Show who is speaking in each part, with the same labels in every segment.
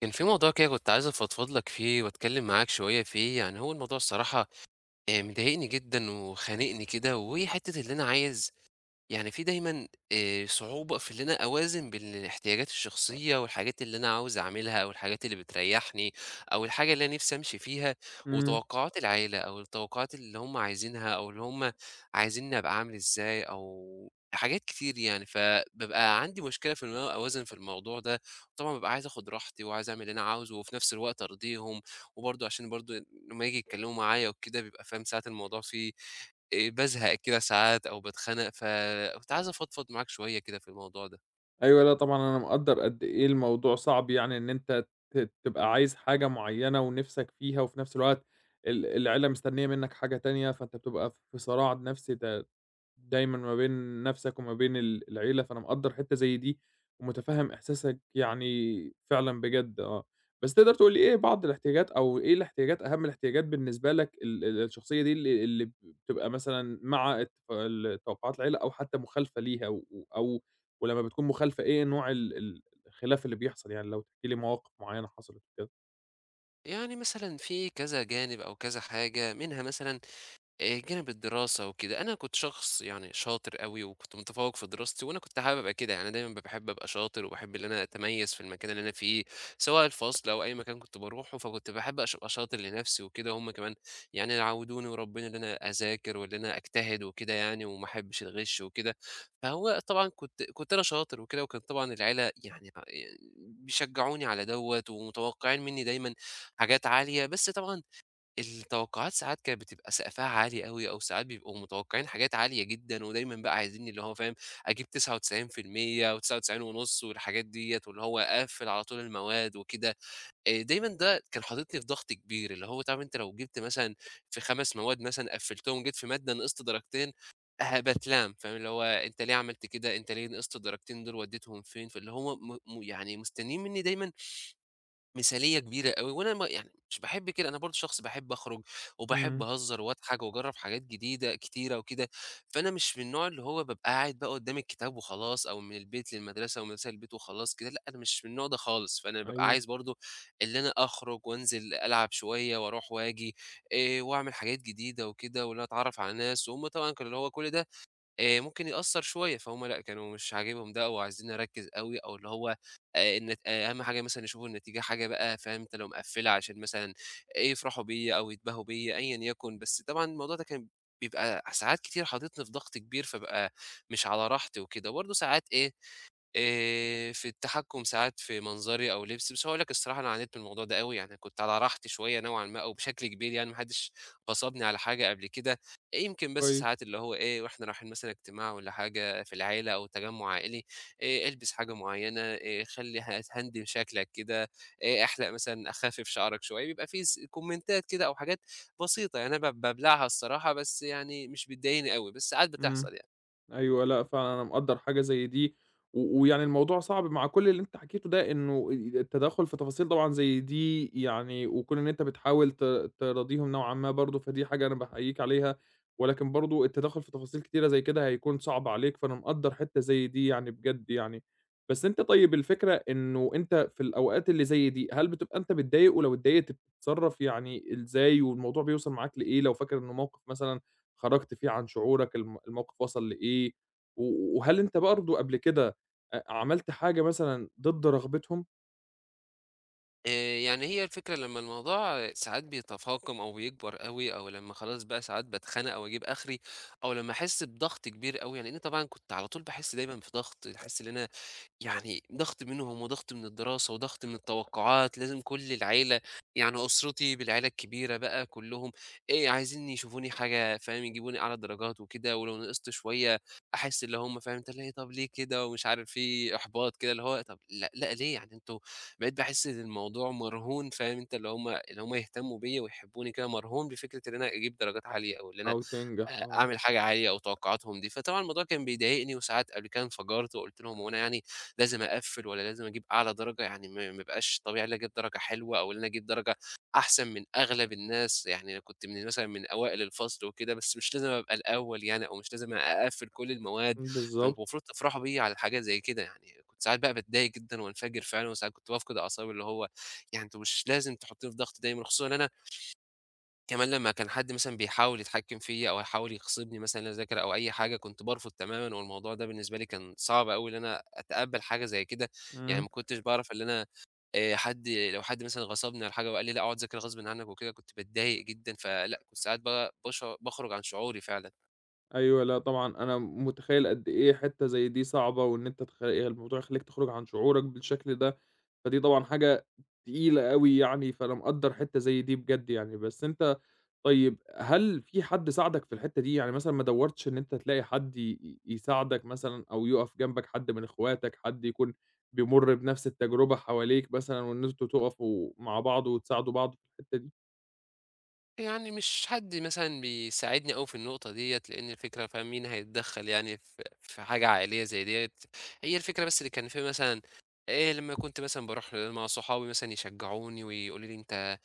Speaker 1: كان في موضوع كده كنت عايز أفضفض لك فيه وأتكلم معاك شوية فيه، يعني هو الموضوع الصراحة مضايقني جدًا وخانقني كده، وحتّة اللي أنا عايز يعني في دايمًا صعوبة في إن أنا أوازن بين الاحتياجات الشخصية والحاجات اللي أنا عاوز أعملها أو الحاجات اللي بتريّحني أو الحاجة اللي أنا نِفْسي أمشي فيها
Speaker 2: إمم.
Speaker 1: وتوقعات العيلة أو التوقعات اللي هم عايزينها أو اللي هم عايزينّي أبقى عامل إزاي أو حاجات كتير يعني، فبابقى عندي مشكلة في إن أنا أوازن في الموضوع ده، وطبعًا بابقى عايز آخُد راحتي وعايز أعمل اللي أنا عاوزه وفي نَفْس الوقت أرضيهم وبرضه عشان برضه لمّا ييجوا يتكلّموا معايا وكده بيبقى فاهم ساعات الموضوع فيه بازهق كده ساعات أو باتخنق، فكنت عايز أفضفض معاك شوية كده في الموضوع ده.
Speaker 2: أيوه، لأ طبعًا أنا مقدّر قد إيه الموضوع صعب يعني إن أنت تبقى عايز حاجة معيّنة ونِفْسك فيها وفي نَفْس الوقت العيلة مستنية منّك حاجة تانية، فأنت بتبقى في صراع نَفْسي دايمًا ما بين نَفْسك وما بين العيلة، فأنا مقدّر حتّة زي دي ومُتفهِّم إحساسك يعني فعلًا بجد آه. بس تقدر تقول لي إيه بعض الاحتياجات أو إيه الاحتياجات أهَم الاحتياجات بالنسبة لك ال ال الشخصية دي اللي بتبقى مثلًا مع الت ال توقُّعات العيلة أو حتّى مخالفة ليها أو ولمّا بتكون مخالفة إيه نوع ال ال الخلاف اللي بيحصل يعني لو تحكي لي مواقف معيّنة حصلت وكده؟
Speaker 1: يعني مثلًا في كذا جانب أو كذا حاجة، منها مثلًا جانب الدراسة وكده، أنا كنت شخص يعني شاطر أوي وكنت متفوّق في دراستي وأنا كنت حابب أبقى كده، يعني أنا دايمًا باحب أبقى شاطر وباحب إن أنا أتميّز في المكان اللي أنا فيه، سواء الفصل أو أي مكان كنت باروحه، فكنت باحب أش أبقى شاطر لنفسي وكده، وهُم كمان يعني يعوّدوني ويربّوني إن أنا أذاكر وإن أنا أجتهد وكده يعني وما أحبّش الغِش وكده، فهو طبعًا كنت أنا شاطر وكده، وكان طبعًا العيلة يعني يعني بيشجّعوني على دوّة ومتوقّعين منّي دايمًا حاجات عالية، بس طبعًا التوقعات ساعات كانت بتبقى سقفها عالي أوي، أو ساعات بيبقوا متوقعين حاجات عالية جدًا، ودايمًا بقى عايزينّي اللي هو فاهم، أجيب 99% و99.5 والحاجات ديّة، واللي هو أقفّل على طول المواد وكده، دايمًا ده كان حاططني في ضغط كبير، اللي هو طب أنت لو جبت مثلًا في 5 مواد مثلًا قفّلتهم، جيت في مادة نقصت درجتين، باتلام، فاهم اللي هو أنت ليه عملت كده، أنت ليه نقصت الدرجتين دول ودّيتهم فين، فاللي هو م م يعني مستنيين منّي دايمًا مثالية كبيرة أوي، وأنا ما يعني مش باحب كده، أنا برضه شخص باحب أخرج، وباحب
Speaker 2: إمم،
Speaker 1: أهزر وأضحك وأجرب حاجات جديدة كتيرة وكده، فأنا مش من النوع اللي هو بابقى قاعد بقى قدام الكتاب وخلاص، أو من البيت للمدرسة ومن المدرسة للبيت وخلاص كده، لأ أنا مش من النوع ده خالص، فأنا بابقى
Speaker 2: أيوه،
Speaker 1: عايز برضه اللي أنا أخرج وأنزل ألعب شوية وأروح وآجي، وأعمل حاجات جديدة وكده، وإن أنا أتعرف على ناس، وهُم طبعًا كانوا اللي هو كل ده ممكن يأثّر شوية، فهُم لأ، كانوا مش عاجبهم ده أو عايزين أركّز أوي أو اللي هو النت آه، أهم حاجة مثلًا يشوفوا النتيجة حاجة بقى فاهم أنت لو مقفّلة عشان مثلًا يفرحوا بيّا أو يتباهوا بيّا أيًا يكن، بس طبعًا الموضوع ده كان بيبقى ساعات كتير حاططني في ضغط كبير، فابقى مش على راحتي وكده، وبرضه ساعات إيه في التحكُم ساعات في منظري أو لبسي، بس هاقول لك الصراحة أنا عانيت من الموضوع ده أوي، يعني كنت على راحتي شوية نوعًا ما أو بشكل كبير، يعني ما حدّش غصبني على حاجة قبل كده، يمكن بس
Speaker 2: كويس.
Speaker 1: ساعات اللي هو إيه، وإحنا رايحين مثلًا اجتماع والّا حاجة في العيلة أو تجمُّع عائلي، البس حاجة معيّنة، خلّي هندِّم شكلك كده، احلق مثلًا، أخفِّف شعرك شوية، بيبقى في كومنتات كده أو حاجات بسيطة، يعني أنا بابلعها الصراحة، بس يعني مش بتضايقني أوي، بس ساعات
Speaker 2: إمم.
Speaker 1: بتحصل يعني.
Speaker 2: أيوه، لأ فعلًا أنا مقدّر حاجة زي دي، ويعني الموضوع صعب مع كل اللي أنت حكيته ده إنه التدخُّل في تفاصيل طبعًا زي دي يعني وكون إن أنت بتحاول تراضيهم نوعًا ما برضه، فدي حاجة أنا باحييك عليها، ولكن برضه التدخُّل في تفاصيل كتيرة زي كده هيكون صعب عليك، فأنا مقدّر حتّة زي دي يعني بجد يعني. بس أنت طيب الفكرة إنه أنت في الأوقات اللي زي دي، هل بتبقى أنت متضايق؟ ولو اتضايقت بتتصرّف يعني إزاي؟ والموضوع بيوصل معاك لإيه لو فاكر إنه موقف مثلًا خرجت فيه عن شعورك، الموقف وصل لإيه، وهل أنت برضه قبل كده عملت حاجة مثلًا ضد رغبتهم؟
Speaker 1: يعني هي الفكرة لمّا الموضوع ساعات بيتفاقم أو بيكبر أوي، أو لمّا خلاص بقى ساعات باتخنق أو أجيب آخري، أو لمّا أحس بضغط كبير أوي، يعني أنا طبعًا كنت على طول باحس دايمًا في ضغط، أحس إن أنا يعني ضغط منهم وضغط من الدراسة وضغط من التوقعات، لازم كل العيلة يعني أسرتي بالعيلة الكبيرة بقى كلهم إيه عايزين يشوفوني حاجة، فاهم يجيبوني أعلى درجات وكده، ولو نقصت شوية أحس اللي هم فاهم أنت ليه، طب ليه كده، ومش عارف في إحباط كده اللي هو طب لا لا ليه يعني أنتوا، بقيت بحس إن الموضوع مرهون، فاهم أنت اللي هم اللي هم يهتموا بيا ويحبوني كده مرهون بفكرة إن أنا أجيب درجات عالية أو إن أنا
Speaker 2: أو تنجح، آه.
Speaker 1: أعمل حاجة عالية أو توقعاتهم دي، فطبعًا الموضوع كان بيضايقني، وساعات قبل كده انفجرت وقُلت لهم: "هو أنا يعني لازم أقفّل والّا لازم أجيب أعلى درجة؟ يعني ما يبقاش طبيعي إن أنا أجيب درجة حلوة أو إن أنا أجيب درجة أحسن من أغلب الناس، يعني أنا كنت من مثلًا من أوائل الفصل وكده، بس مش لازم أبقى الأول يعني، أو مش لازم أقفّل كل المواد، فأنتم
Speaker 2: بالضبط.
Speaker 1: المفروض تفرحوا بيّا على حاجة زي كده." يعني كنت ساعات بقى باتضايق جدًا وانفجر فعلًا، وساعات كنت بافقد أعصابي اللي هو يعني أنتم مش لازم تحطّوني في ضغط دايمًا، خصوصًا إن أنا كمان لمّا كان حد مثلًا بيحاول يتحكّم فيّا أو يحاول يغصبني مثلًا إن أنا أذاكر أو أي حاجة، كنت بارفض تمامًا، والموضوع ده بالنسبة لي كان صعب أوي إن أنا أتقبّل حاجة زي كده، يعني
Speaker 2: إمم.
Speaker 1: ما كنتش باعرف اللي أنا حد لو حد مثلًا غصبني على حاجة وقال لي لأ اقعد ذاكر غصبٍ عنّك وكده، كنت باتضايق جدًا، فلأ كنت ساعات ب باش باخرج عن شعوري فعلًا.
Speaker 2: أيوه، لأ طبعًا أنا متخيّل قد إيه حتّة زي دي صعبة، وإن أنت يعني الموضوع يخلّيك تخرج عن شعورك بالشكل ده، فدي طبعًا حاجة تقيلة أوي يعني، فأنا مقدّر حتّة زي دي بجد يعني، بس أنت طيب هل في حد ساعدك في الحتّة دي؟ يعني مثلًا ما دوّرتش إن أنت تلاقي حد ي ي يساعدك مثلًا أو يُقف جنبك، حد من إخواتك، حد يكون بيمُر بنفس التجربة حواليك مثلًا وإن أنتم تُقفوا مع بعض وتساعدوا بعض في الحتّة دي؟
Speaker 1: يعني مش حد مثلًا بيساعدني أوي في النقطة ديّة، لإن الفكرة فاهم مين هيتدخّل يعني في حاجة عائلية زي ديّة، هي الفكرة بس اللي كان في مثلًا لمّا كنت مثلًا باروح مع صحابي مثلًا يشجعوني ويقولوا لي: "أنت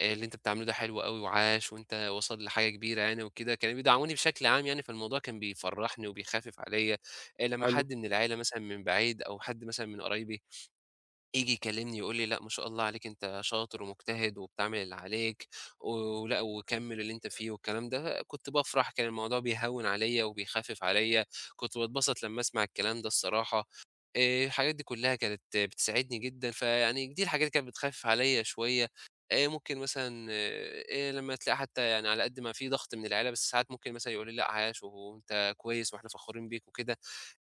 Speaker 1: اللي أنت بتعمله ده حلو أوي، وعاش وأنت واصل لحاجة كبيرة يعني." وكده، كانوا بيدعموني بشكل عام يعني، فالموضوع كان بيفرّحني وبيخفف عليّا. لمّا
Speaker 2: حلو،
Speaker 1: حد من العيلة مثلًا من بعيد أو حد مثلًا من قرايبي ييجي يكلمني يقول لي: "لأ ما شاء الله عليك، أنت شاطر ومجتهد وبتعمل اللي عليك، و- ولأ وكمّل اللي أنت فيه." والكلام ده، كنت بافرح، كان الموضوع بيهوّن عليَّ وبيخفف عليَّ، كنت باتبسط لمّا أسمع الكلام ده الصراحة، الحاجات دي كلّها كانت بتساعدني جدًا، فيعني دي الحاجات اللي كانت بتخفف عليَّ شوية، ممكن مثلًا لمّا تلاقي حتى يعني على قد ما في ضغط من العيلة، بس ساعات ممكن مثلًا يقولوا لي: "لأ عاش وأنت كويس، وإحنا فخورين بيك." وكده.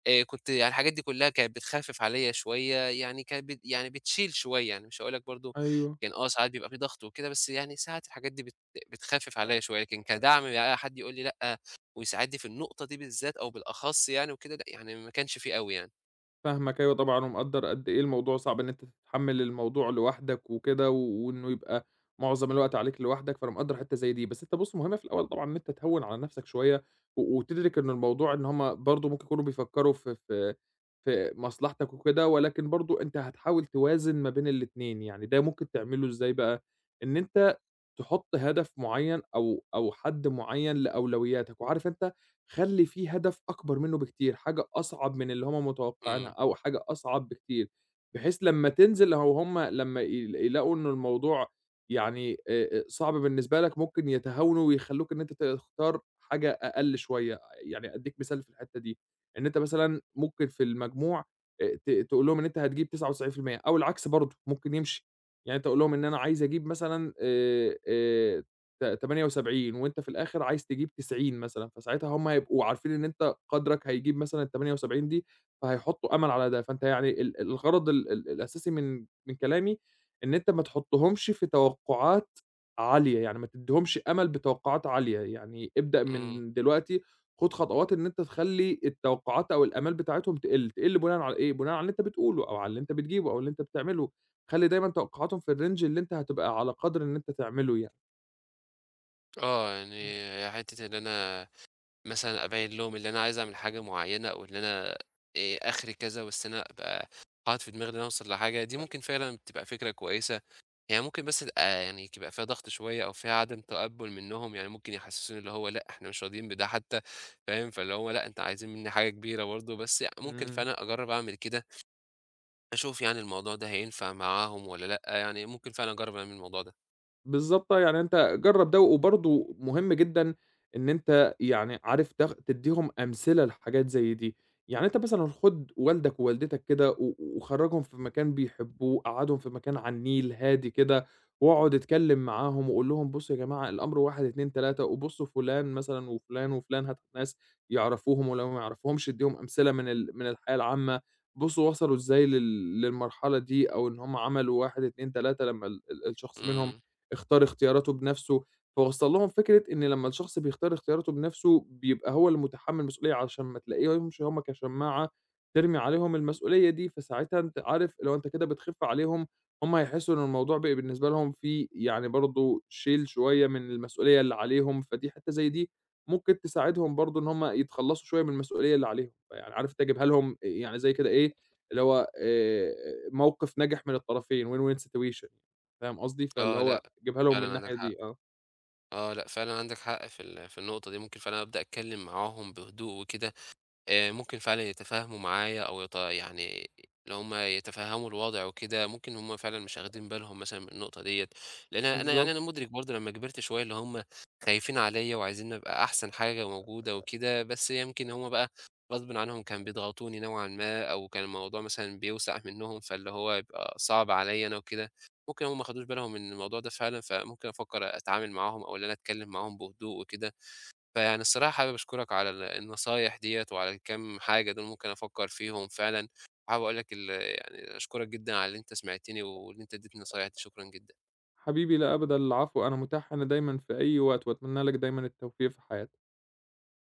Speaker 1: كنت يعني الحاجات دي كلّها كانت بتخفِّف عليّا شوية، يعني كانت يعني بتشيل شوية، يعني مش هاقول لك برضه
Speaker 2: أيوه.
Speaker 1: كان، آه ساعات بيبقى في ضغط وكده، بس يعني ساعات الحاجات دي بتخفِّف عليّا شوية، لكن كدعم بقى حد يقول لي لأ، ويساعدني في النقطة دي بالذات أو بالأخص يعني وكده، لأ يعني ما كانش في أوي يعني.
Speaker 2: فاهمك أيوه طبعًا، ومقدّر قد إيه الموضوع صعب إن أنت تتحمّل الموضوع لوحدك وكده، وإنه يبقى معظم الوقت عليك لوحدك، فأنا مقدّر حتّة زي دي. بس أنت بُص، مهم في الأول طبعًا إن أنت تهوّن على نفسك شوية، وتدرك إن الموضوع إن هُم برضه ممكن يكونوا بيفكّروا في مصلحتك وكده، ولكن برضه أنت هتحاول توازن ما بين الاتنين، يعني ده ممكن تعمله إزاي بقى؟ إن أنت تحط هدف معين أو أو حد معين لأولوياتك، وعارف أنت خلّي في هدف أكبر منه بكتير، حاجة أصعب من اللي هم متوقعينها
Speaker 1: إمم،
Speaker 2: أو حاجة أصعب بكتير، بحيث لمّا تنزل أو هم لمّا يلاقوا إنه الموضوع يعني صعب بالنسبة لك ممكن يتهاونوا ويخلّوك إن أنت تختار حاجة أقل شوية، يعني أدّيك مثال في الحتّة دي، إن أنت مثلًا ممكن في المجموع ت تقول لهم إن أنت هتجيب 99% أو العكس برضه ممكن يمشي. يعني أنت قُل لهم إن أنا عايز أجيب مثلًا ت 78 وأنت في الآخر عايز تجيب 90 مثلًا، فساعتها هُم هيبقوا عارفين إن أنت قدرك هيجيب مثلًا ال78 دي، فهيحطّوا أمل على ده، فأنت يعني الغرض ال ال الأساسي من من كلامي إن أنت ما تحطّهمش في توقعات عالية، يعني ما تدّيهمش أمل بتوقعات عالية، يعني ابدأ
Speaker 1: إمم.
Speaker 2: من دلوقتي خُد خطوات إن أنت تخلّي التوقعات أو الآمال بتاعتهم تقِل، تقِل بناءً على إيه؟ بناءً على اللي أنت بتقوله أو على اللي أنت بتجيبه أو اللي أنت بتعمله. خلّي دايمًا توقعاتهم في الrange اللي أنت هتبقى على قدْر إن أنت تعمله يعني.
Speaker 1: آه،
Speaker 2: آه.
Speaker 1: يعني حتّة إن أنا مثلًا أبيّن لهم اللي أنا عايز أعمل حاجة معيّنة أو إن أنا آخري كذا، بس أنا أبقى حاطط في دماغي إن أنا أوصل لحاجة، دي ممكن فعلًا بتبقى فكرة كويسة. هي ممكن بس تبقى يعني يبقى فيها ضغط شوية أو فيها عدم تقبُّل منّهم، يعني ممكن يحسّسوني اللي هو لأ، إحنا مش راضيين بده حتى فاهم، فاللي هو لأ، أنتم عايزين منّي حاجة كبيرة برضه، بس ممكن
Speaker 2: إمم.
Speaker 1: فعلًا أجرّب أعمل كده، أشوف يعني الموضوع ده هينفع معاهم والّا لأ، يعني ممكن فعلًا أجرّب أعمل الموضوع ده.
Speaker 2: بالضبط آه، يعني أنت جرّب ده، وبرضه مهم جدًا إن أنت يعني عارف تدّيهم أمثلة لحاجات زي دي، يعني أنت مثلًا خُد والدك ووالدتك كده وخرّجهم في مكان بيحبوه، قعّدهم في مكان على النيل هادي كده، واقعد اتكلّم معاهم وقُل لهم بُصّوا يا جماعة الأمر 1، 2، 3 وبُصّوا فلان مثلًا وفلان وفلان هات ناس يعرفوهم ولو ما يعرفوهمش ادّيهم أمثلة من الحياة العامة، بُصّوا وصلوا إزاي للمرحلة دي أو إن هم عملوا 1، 2، 3 لمّا ال ال الشخص منهم
Speaker 1: إمم،
Speaker 2: اختار اختياراته بنفسه، فوصّل لهم فكرة إن لمّا الشخص بيختار اختياراته بنفسه بيبقى هو اللي متحمّل المسؤولية عشان ما تلاقيهمش هُم كشماعة ترمي عليهم المسؤولية دي، فساعتها أنت عارف لو أنت كده بتخِف عليهم هُم هيحسّوا إن الموضوع بقى بالنسبة لهم فيه يعني برضه شيل شوية من المسؤولية اللي عليهم، فدي حتّة زي دي ممكن تساعدهم برضه إن هُم يتخلّصوا شوية من المسؤولية اللي عليهم، فيعني عارف أنت جايبها لهم يعني زي كده إيه، اللي هو موقِف ناجح من الطرفين win-win situation يعني، فاهم قصدي؟ فاللي
Speaker 1: آه، لأ،
Speaker 2: هو جيبها لهم من
Speaker 1: فعلًا عندك
Speaker 2: الناحية
Speaker 1: حق،
Speaker 2: دي آه،
Speaker 1: آه، لأ، فعلًا عندك حق في في النقطة دي، ممكن فعلًا أبدأ أتكلّم معاهم بهدوء وكده، ممكن فعلًا يتفاهموا معايا أو يعني اللي هُم يتفهموا الوضع وكده، ممكن هُم فعلًا مش واخدين بالهم مثلًا من النقطة ديّة، لإن أنا يعني
Speaker 2: بالضبط،
Speaker 1: أنا مُدرك برضه لمّا كبرت شوية اللي هُم خايفين عليّا وعايزين أبقى أحسن حاجة موجودة وكده، بس يمكن هُم بقى غصبٍ عنهم كانوا بيضغطوني نوعًا ما، أو كان الموضوع مثلًا بيوسع منّهم، فاللي هو يبقى صعب عليّا أنا وكده، ممكن هُم ما خدوش بالهم من الموضوع ده فعلًا، فممكن أفكّر أتعامل معاهم أو اللي أنا أتكلّم معاهم بهدوء وكده. فيعني الصراحة حابب أشكرك على النصايح ديّة وعلى الكام حاجة دول، ممكن أفكّر فيهم فعلًا، وحابب أقول لك يعني أشكرك جدًا على اللي أنت سمعتني واللي أنت ادّيتني النصايح دي، شكرًا جدًا.
Speaker 2: حبيبي لا أبدا العفو، أنا متاح هنا دايمًا في أي وقت، وأتمنى لك دايمًا التوفيق في حياتك.